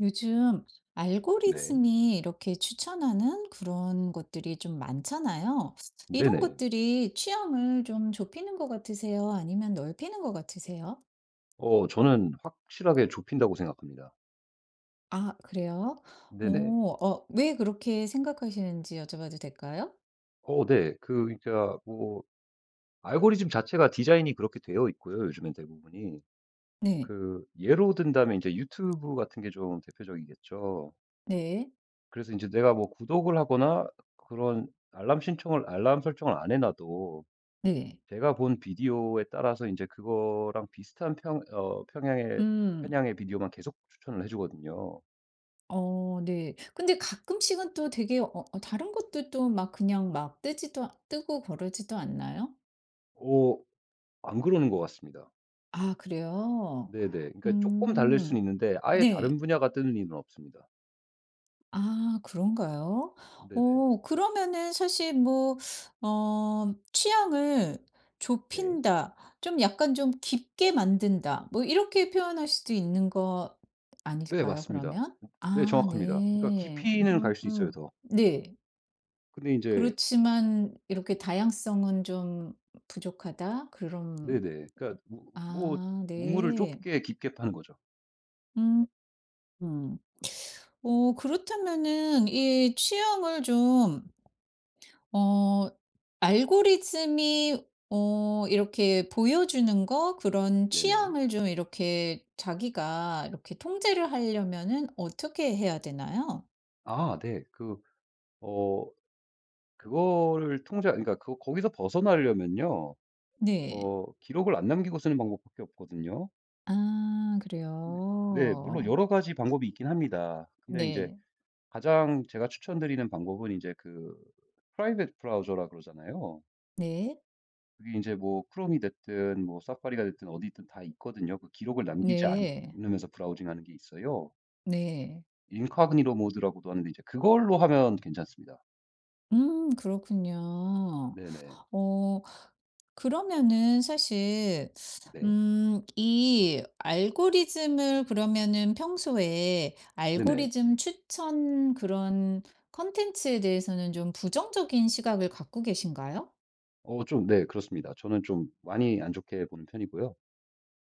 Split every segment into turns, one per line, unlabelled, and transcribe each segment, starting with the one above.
요즘
네.
알고리즘이 이렇게 추천하는 그런 것들이 좀 많잖아요. 이런
네네.
것들이 취향을 좀 좁히는 것 같으세요? 아니면 넓히는 것 같으세요?
저는 확실하게 좁힌다고 생각합니다.
아, 그래요?
네네.
오, 왜 그렇게 생각하시는지 여쭤봐도 될까요?
네. 그러니까 뭐 알고리즘 자체가 디자인이 그렇게 되어 있고요, 요즘엔 대부분이.
네,
그 예로 든다면 이제 유튜브 같은 게 좀 대표적이겠죠.
네,
그래서 이제 내가 뭐 구독을 하거나 그런 알람 설정을 안 해 놔도
네.
제가 본 비디오에 따라서 이제 그거랑 비슷한 평 어 평양의
음,
편향의 비디오만 계속 추천을 해 주거든요.
어, 네. 근데 가끔씩은 또 되게 다른 것도 또 막 그냥 막 뜨고 그러지도 않나요?
오, 안 그러는 것 같습니다.
아, 그래요?
네네. 그러니까 조금 다를
음,
수는 있는데 아예 다른
네.
분야가 뜨는 일은 없습니다.
아 그런가요?
네네.
그러면은 사실 뭐 '취향을
네.
좁힌다. 좀 약간 좀 깊게 만든다.' 뭐 이렇게 표현할 수도 있는 거
네
아닐까요
맞습니다.
그러면?
네
아
정확합니다. 그러니까
네.
깊이는 갈 수 있어요 더.
네.
근데 이제
그렇지만 이렇게 '다양성은 좀 부족하다.' 그럼
네네. 그러니까 우 뭐
아
우물을
네.
좁게 깊게 파는 거죠.
음. 음. 그렇다면은 이 취향을 좀 어 알고리즘이 이렇게 보여주는 거 그런
네네.
취향을 좀 이렇게 자기가 이렇게 통제를 하려면은 어떻게 해야 되나요?
아 네. 어 그거를 통제 그러니까 거기서 벗어나려면요.
네.
기록을 안 남기고 쓰는 방법밖에 없거든요.
아
네. 네 물론
그래요.
여러 가지 방법이 있긴 합니다. 근데 이제
네.
가장 제가 추천드리는 방법은 이제 프라이빗 브라우저라 그러잖아요.
네.
그게 이제 뭐 크롬이 됐든 뭐 사파리가 됐든 어디 있든 다 있거든요. 그 기록을 남기지
네.
않으면서 브라우징하는 게 있어요.
네.
인카그니로 모드라고도 하는데 이제 그걸로 하면 괜찮습니다.
그렇군요.
네네.
어 그러면은 사실
네.
이 알고리즘을 그러면은 평소에
네네.
알고리즘 추천 그런 컨텐츠에 대해서는 좀 부정적인 시각을 갖고 계신가요?
좀 네 그렇습니다. 저는 좀 많이 안 좋게 보는 편이고요.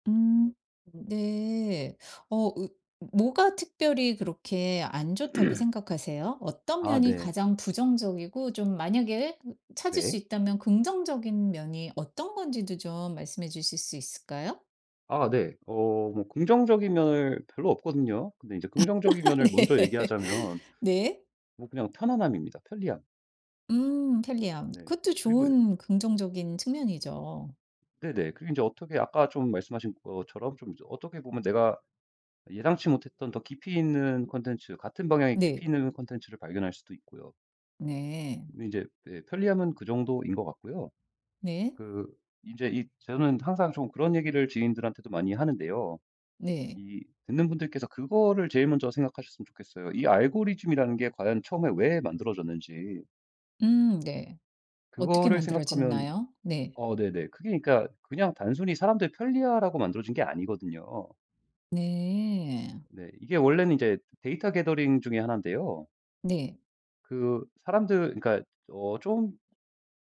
음. 음. 네. 어 으 뭐가 특별히 그렇게 안 좋다고 생각하세요? 어떤
아
면이
네.
가장 부정적이고 좀 만약에 찾을 수
네.
있다면 긍정적인 면이 어떤 건지도 좀 말씀해 주실 수 있을까요?
아 네. 뭐 긍정적인 면을 별로 없거든요. 근데 이제 긍정적인 면을 먼저
네.
얘기하자면
네.
뭐 그냥 편안함입니다. 편리함.
편리함.
네.
그것도
그리고
좋은 긍정적인 측면이죠.
네네. 그리고 인제 어떻게 아까 좀 말씀하신 것처럼 좀 이제 어떻게 보면 내가 예상치 못했던 더 깊이 있는 콘텐츠 같은 방향의
네.
깊이 있는 콘텐츠를 발견할 수도 있고요.
네.
근데 인제 예 편리함은 그 정도인 것 같고요.
네.
그 인제 이 저는 항상 좀 그런 얘기를 지인들한테도 많이 하는데요.
네.
이 듣는 분들께서 그거를 제일 먼저 생각하셨으면 좋겠어요. 이 알고리즘이라는 게 과연 처음에 왜 만들어졌는지
네. 어떻게
그거를 생각하면
만들어지나요? 네.
네네. 그게 그러니까 그냥 단순히 '사람들 편리하라고 만들어진 게 아니거든요.'
네.
네. 이게 원래는 이제 데이터 게더링 중에 하나인데요.
네.
그 사람들 그러니까 좀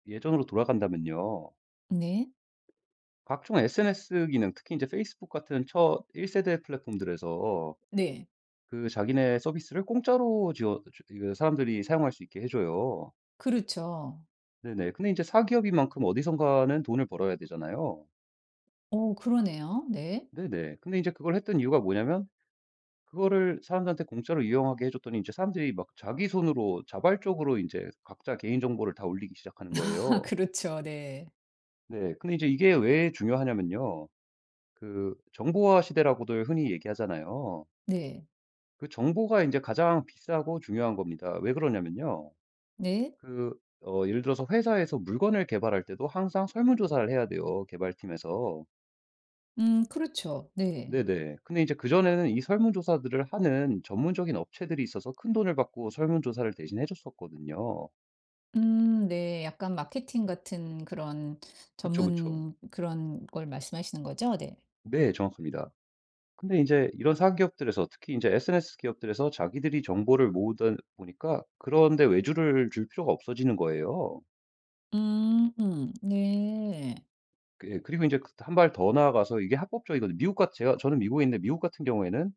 예전으로 돌아간다면요.
네.
각종 SNS 기능 특히 이제 페이스북 같은 첫 1 세대 플랫폼들에서
네.
그 자기네 서비스를 공짜로 지어 주 그 사람들이 사용할 수 있게 해 줘요.
그렇죠.
네네. 근데 이제 사기업인 만큼 어디선가는 돈을 벌어야 되잖아요.
오 그러네요. 네.
네네. 근데 이제 그걸 했던 이유가 뭐냐면 그거를 사람들한테 공짜로 이용하게 해 줬더니 이제 사람들이 막 자기 손으로 자발적으로 이제 각자 개인 정보를 다 올리기 시작하는
아
거예요.
그렇죠. 네.
네. 근데 이제 이게 왜 중요하냐면요. 그 정보화 시대라고들 흔히 얘기하잖아요.
네.
그 정보가 이제 가장 비싸고 중요한 겁니다. 왜 그러냐면요.
네.
그 예를 들어서 회사에서 물건을 개발할 때도 항상 설문조사를 해야 돼요, 개발팀에서.
그렇죠. 네.
네네. 근데 이제 그전에는 이 설문조사들을 하는 전문적인 업체들이 있어서 큰돈을 받고 설문조사를 대신 해 줬었거든요.
네. 약간 마케팅 같은 그런
그쵸, 그쵸.
전문 그런 걸 말씀하시는 거죠? 네.
네 정확합니다. 근데 이제 이런 사기업들에서 특히 이제 SNS 기업들에서 자기들이 정보를 모으다 보니까 그런 데 외주를 줄 필요가 없어지는 거예요.
음. 네.
예 그리고 이제 한발 더 나아가서 이게 합법적이거든요. 미국 같 제가 저는 미국에 있는데 미국 같은 경우에는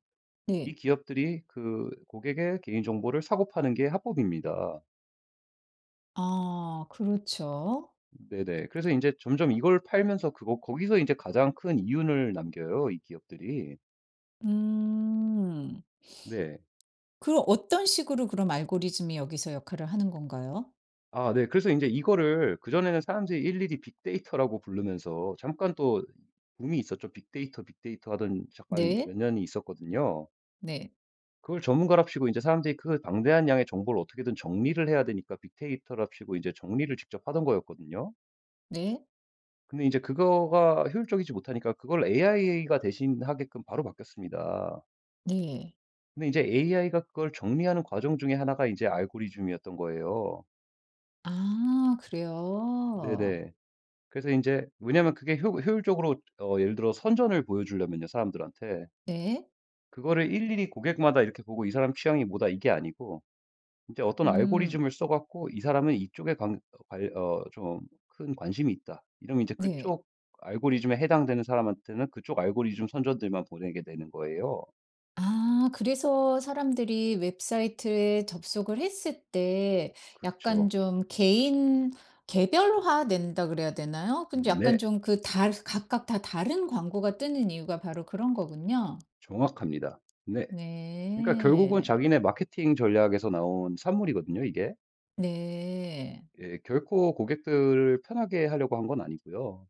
이
네.
기업들이 그 고객의 개인 정보를 사고 파는 게 합법입니다.
아 그렇죠.
네네. 그래서 이제 점점 이걸 팔면서 그거 거기서 이제 가장 큰 이윤을 남겨요, 이 기업들이.
음.
네.
그럼 어떤 식으로 그럼 알고리즘이 여기서 역할을 하는 건가요?
아 네. 그래서 인제 이거를 그전에는 사람들이 일일이 빅데이터라고 부르면서 잠깐 또 붐이 있었죠. 빅데이터, 빅데이터 하던 잠깐 몇
네.
년이 있었거든요.
네.
그걸 전문가랍시고 인제 사람들이 그 방대한 양의 정보를 어떻게든 정리를 해야 되니까 빅데이터랍시고 이제 정리를 직접 하던 거였거든요.
네.
근데 인제 그거가 효율적이지 못하니까 그걸 AI가 대신하게끔 바로 바뀌었습니다.
네.
근데 이제 AI가 그걸 정리하는 과정 중에 하나가 이제 알고리즘이었던 거예요.
아 그래요?
네네. 그래서 인제 왜냐면 그게 효 효율적으로 예를 들어 선전을 보여주려면요 사람들한테.
네.
그거를 일일이 고객마다 이렇게 보고 '이 사람 취향이 뭐다.' 이게 아니고 인제 어떤
음.
알고리즘을 써 갖고 '이 사람은 이쪽에 관 발 어 좀 큰 관심이 있다.' 이러면 이제
네.
그쪽 알고리즘에 해당되는 사람한테는 그쪽 알고리즘 선전들만 보내게 되는 거예요.
아 그래서 사람들이 웹사이트에 접속을 했을 때
그쵸.
약간 좀 개인 개별화 된다 그래야 되나요? 근데 약간
네.
좀 그 다 각각 다 다른 광고가 뜨는 이유가 바로 그런 거군요.
정확합니다. 네. 그러니까 결국은
네.
자기네 마케팅 전략에서 나온 산물이거든요 이게.
네.
예. 결코 고객들을 편하게 하려고 한 건 아니고요.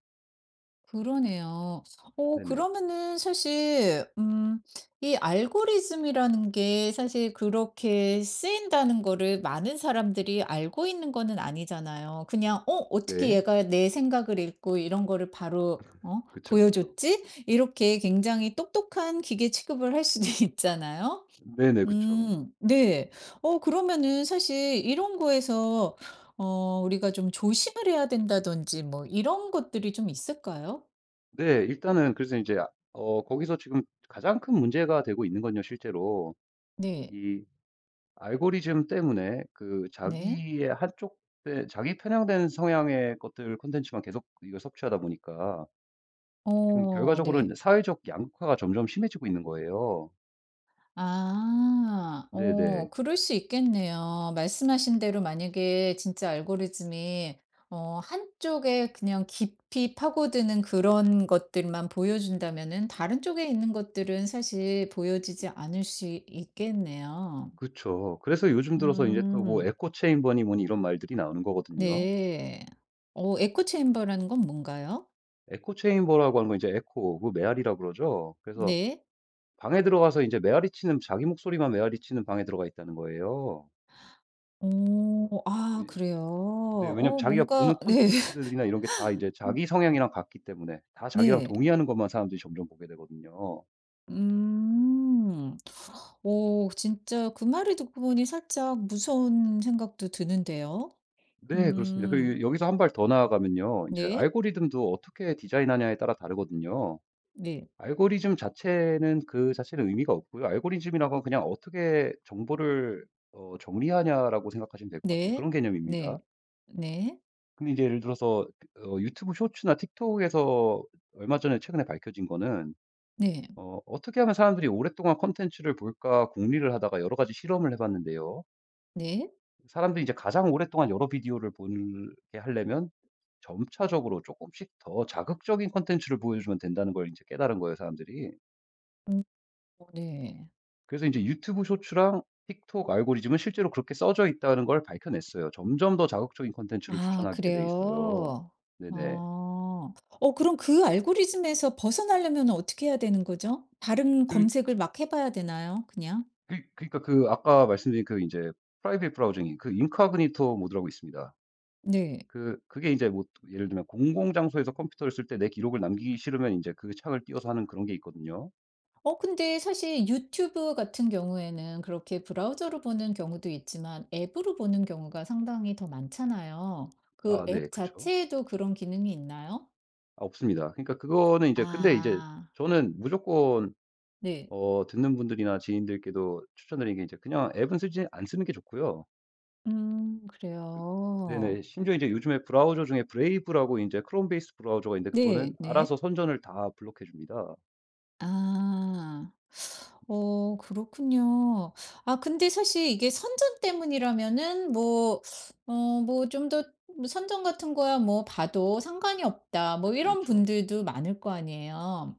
그러네요.
네네.
그러면은 사실 이 알고리즘이라는 게 사실 그렇게 쓰인다는 거를 많은 사람들이 알고 있는 거는 아니잖아요. 그냥 어떻게
네.
얘가 내 생각을 읽고 이런 거를 바로
그쵸, 그쵸.
보여줬지?' 이렇게 굉장히 똑똑한 기계 취급을 할 수도 있잖아요.
네네. 그쵸.
네. 그러면은 사실 이런 거에서 우리가 좀 조심을 해야 된다든지 뭐 이런 것들이 좀 있을까요?
네. 일단은 그래서 인제 거기서 지금 가장 큰 문제가 되고 있는 건요 실제로
네.
이 알고리즘 때문에 그
네.
자기의 한쪽 에 자기 편향된 성향의 것들 콘텐츠만 계속 이걸 섭취하다 보니까 지금
어 네.
결과적으로는 사회적 양극화가 점점 심해지고 있는 거예요.
아.
네네.
그럴 수 있겠네요. 말씀하신 대로 만약에 진짜 알고리즘이 한쪽에 그냥 깊이 파고드는 그런 것들만 보여준다면은 다른 쪽에 있는 것들은 사실 보여지지 않을 수 있겠네요.
그쵸. 그래서 요즘 들어서 인제 또 뭐
음.
에코 체인버니 뭐니 이런 말들이 나오는 거거든요.
네. 에코 체인버라는 건 뭔가요?
에코 체인버라고 하는 건 이제 에코 그 메아리라고 그러죠. 그래서
네.
방에 들어가서 이제 메아리치는 자기 목소리만 메아리치는 방에 들어가 있다는 거예요.
오, 아
왜
그래요?
네 왜냐면 자기가 보는
뭔가 네.
콘텐츠들이나 이런 게 다 이제 자기 성향이랑 같기 때문에 다 자기랑
네.
동의하는 것만 사람들이 점점 보게 되거든요.
음. 오 진짜 그 말을 듣고 보니 살짝 무서운 생각도 드는데요.
네 그렇습니다.
음.
그리고 여기서 한 발 더 나아가면요. 인제
네.
알고리즘도 어떻게 디자인하냐에 따라 다르거든요.
네.
알고리즘 자체는 의미가 없고요. 알고리즘이란 건 그냥 '어떻게 정보를 정리하냐.'라고 생각하시면 될 것 같은데
네.
그런
네.
개념입니다.
네.
근데 이제 예를 들어서 유튜브 쇼츠나 틱톡에서 얼마 전에 최근에 밝혀진 거는
네.
'어떻게 하면 사람들이 오랫동안 콘텐츠를 볼까.' 궁리를 하다가 여러 가지 실험을 해 봤는데요.
네.
사람들이 이제 가장 오랫동안 여러 비디오를 보게 하려면 점차적으로 조금씩 더 자극적인 콘텐츠를 보여주면 된다는 걸 이제 깨달은 거예요, 사람들이.
음 어 네.
그래서 이제 유튜브 쇼츠랑 틱톡 알고리즘은 실제로 그렇게 써져 있다는 걸 밝혀냈어요. 점점 더 자극적인 콘텐츠를
아
추천하게 돼 있어요.
그래요?
네네.
아. 그럼 그 알고리즘에서 벗어나려면 어떻게 해야 되는 거죠? 다른
그리
검색을 막 해 봐야 되나요? 그냥?
그 그러니까 아까 말씀드린 이제 프라이빗 브라우징이 인카그니토 모드라고 있습니다.
네.
그게 이제 뭐 예를 들면 공공 장소에서 컴퓨터를 쓸 때 내 기록을 남기기 싫으면 이제 그 창을 띄워서 하는 그런 게 있거든요.
근데 사실 유튜브 같은 경우에는 그렇게 브라우저로 보는 경우도 있지만 앱으로 보는 경우가 상당히 더 많잖아요. 그
아 네.
앱
그쵸.
자체에도 그런 기능이 있나요?
아 없습니다. 그러니까 그거는 이제 근데 이제
아
저는 무조건
네.
듣는 분들이나 지인들께도 추천드리는 게 이제 그냥 앱은 쓰지 안 쓰는 게 좋고요.
그래요.
네네. 심지어 이제 요즘에 브라우저 중에 브레이브라고 이제 크롬 베이스 브라우저가 있는데
네.
그거는
네.
알아서 선전을 다 블록해 줍니다.
아. 그렇군요. 아 근데 사실 이게 선전 때문이라면은 뭐 어 뭐 좀 더 뭐 "선전 같은 거야 뭐 봐도 상관이 없다." 뭐
그쵸,
이런
그쵸.
분들도 많을 거 아니에요.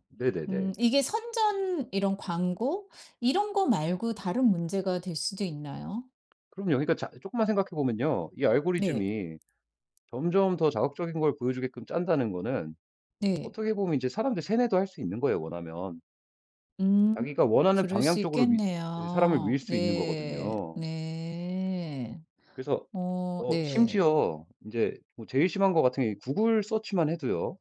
네네네.
이게 선전 이런 광고 이런 거 말고 다른 문제가 될 수도 있나요?
그럼요. 그러니까 자 조금만 생각해 보면요. 이
네.
알고리즘이 점점 더 자극적인 걸 보여주게끔 짠다는 거는
네.
어떻게 보면 이제 사람들 세뇌도 할 수 있는 거예요, 원하면.
음.
자기가 원하는
그럴
방향
수
쪽으로 미 예 사람을 밀
있겠네요.
수 있는
네.
거거든요.
네.
그래서
어 네.
심지어 이제 뭐 제일 심한 것 같은 게 구글 서치만 해도요.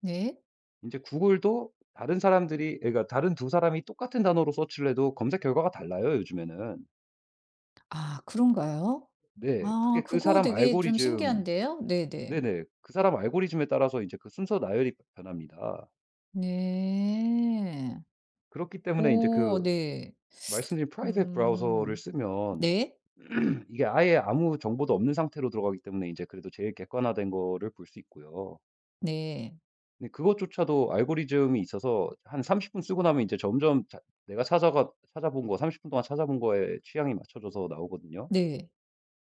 네.
이제 구글도 다른 사람들이 그러니까 다른 두 사람이 똑같은 단어로 서치를 해도 검색 결과가 달라요, 요즘에는.
아 그런가요?
네. 그게
아
그
그거
사람 알
되게
고리
좀
즘
신기한데요. 네네.
네네. 그 사람 알고리즘에 따라서 이제 그 순서 나열이 변합니다.
네.
그렇기 때문에 이제
오
그
네.
말씀드린 프라이빗 브라우저를
음.
쓰면
네.
이게 아예 아무 정보도 없는 상태로 들어가기 때문에 이제 그래도 제일 객관화된 거를 볼 수 있고요.
네.
근데 그것조차도 알고리즘이 있어서 한 30분 쓰고 나면 이제 점점 자 내가 찾아가 찾아본 거 30분 동안 찾아본 거에 취향이 맞춰져서 나오거든요.
네.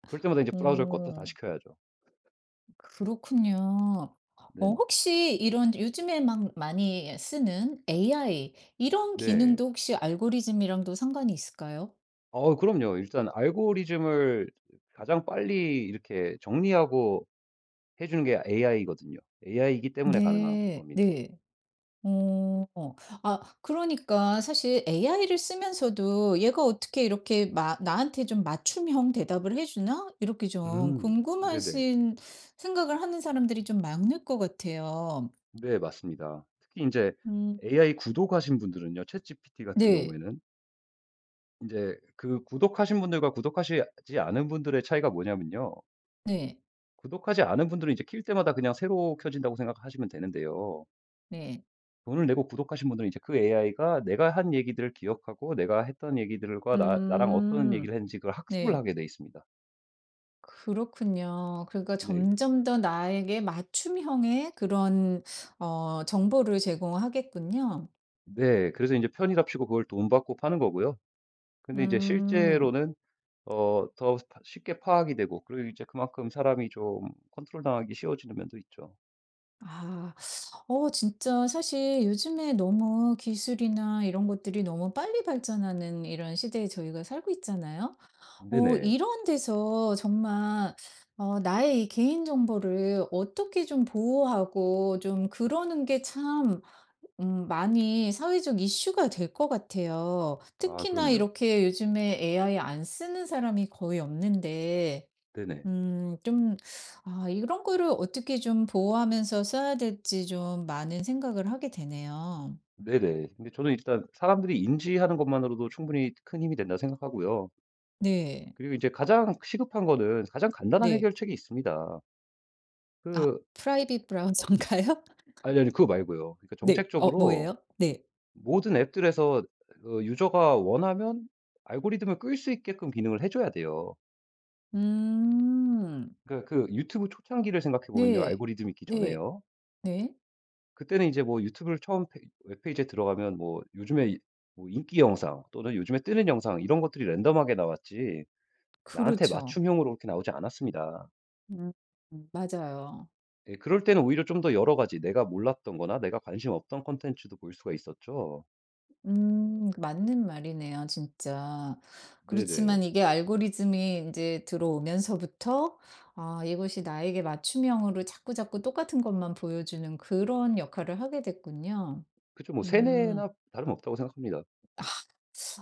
그럴 때마다 이제 브라우저를 껐다
오
다시 켜야죠.
그렇군요.
네네.
혹시 이런 요즘에 막 많이 쓰는 AI 이런
네.
기능도 혹시 알고리즘이랑도 상관이 있을까요?
그럼요. 일단 알고리즘을 가장 빨리 이렇게 정리하고 해 주는 게 AI거든요. AI이기 때문에 가능한
네.
겁니다.
네. 어. 아 그러니까 사실 AI를 쓰면서도 '얘가 어떻게 이렇게 마 나한테 좀 맞춤형 대답을 해 주나?' 이렇게 좀
음. 네네.
궁금하신 생각을 하는 사람들이 좀 많을 것 같아요.
네 맞습니다. 특히 이제
음.
AI 구독하신 분들은요. ChatGPT 같은
네.
경우에는 이제 그 구독하신 분들과 구독하시지 않은 분들의 차이가 뭐냐면요.
네.
구독하지 않은 분들은 이제 킬 때마다 그냥 새로 켜진다고 생각하시면 되는데요.
네.
돈을 내고 구독하신 분들은 이제 그 AI가 내가 한 얘기들을 기억하고 내가 했던 얘기들과 나 나랑 어떤
음.
얘기를 했는지 그걸 학습을
네.
하게 돼 있습니다.
그렇군요. 그러니까
네.
점점 더 나에게 맞춤형의 그런 정보를 제공하겠군요.
네. 그래서 이제 편의랍시고 그걸 돈 받고 파는 거고요. 근데 이제
음.
실제로는 더 파 쉽게 파악이 되고 그리고 이제 그만큼 사람이 좀 컨트롤당하기 쉬워지는 면도 있죠.
아. 진짜 사실 요즘에 너무 기술이나 이런 것들이 너무 빨리 발전하는 이런 시대에 저희가 살고 있잖아요.
네네.
이런 데서 정말 나의 이 개인 정보를 어떻게 좀 보호하고 좀 그러는 게 참 많이 사회적 이슈가 될 것 같아요.
아
특히나
그럼요.
이렇게 요즘에 AI 안 쓰는 사람이 거의 없는데
네네.
좀 아 이런 거를 어떻게 좀 보호하면서 써야 될지 좀 많은 생각을 하게 되네요.
네네. 근데 저는 일단 사람들이 인지하는 것만으로도 충분히 큰 힘이 된다 생각하고요.
네.
그리고 이제 가장 시급한 거는 가장 간단한
네.
해결책이 있습니다.
아
그
프라이빗 브라우저인가요?
아니, 아니 그거 말고요. 그러니까
네.
정책적으로
뭐예요? 네.
모든 앱들에서 유저가 원하면 알고리즘을 끌 수 있게끔 기능을 해 줘야 돼요.
음.
그러니까 그 유튜브 초창기를 생각해 보면요.
네.
알고리즘이 있기
네.
전에요.
네.
그때는 이제 뭐 유튜브를 처음 페 웹페이지에 들어가면 뭐 요즘에 이 뭐 인기 영상 또는 요즘에 뜨는 영상 이런 것들이 랜덤하게 나왔지 나한테
그렇죠.
맞춤형으로 그렇게 나오지 않았습니다.
음 맞아요.
예 그럴 때는 오히려 좀 더 여러 가지 내가 몰랐던 거나 내가 관심 없던 콘텐츠도 볼 수가 있었죠.
맞는 말이네요 진짜.
네네.
그렇지만 이게 알고리즘이 이제 들어오면서부터 아 이것이 나에게 맞춤형으로 자꾸자꾸 똑같은 것만 보여주는 그런 역할을 하게 됐군요.
그쵸. 뭐
음.
세뇌나 다름없다고 생각합니다.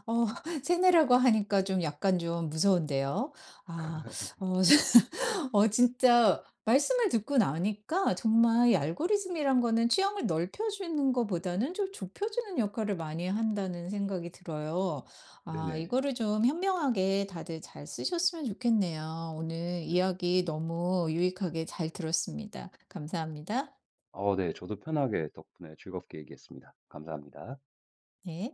어 세뇌라고 하니까 좀 약간 좀 무서운데요. 아 어 진짜 말씀을 듣고 나니까 정말 이 알고리즘이란 거는 취향을 넓혀 주는 것보다는 좀 좁혀 주는 역할을 많이 한다는 생각이 들어요. 아
네네.
이거를 좀 현명하게 다들 잘 쓰셨으면 좋겠네요. 오늘
네네.
이야기 너무 유익하게 잘 들었습니다. 감사합니다.
네. 저도 편하게 덕분에 즐겁게 얘기했습니다. 감사합니다.
네.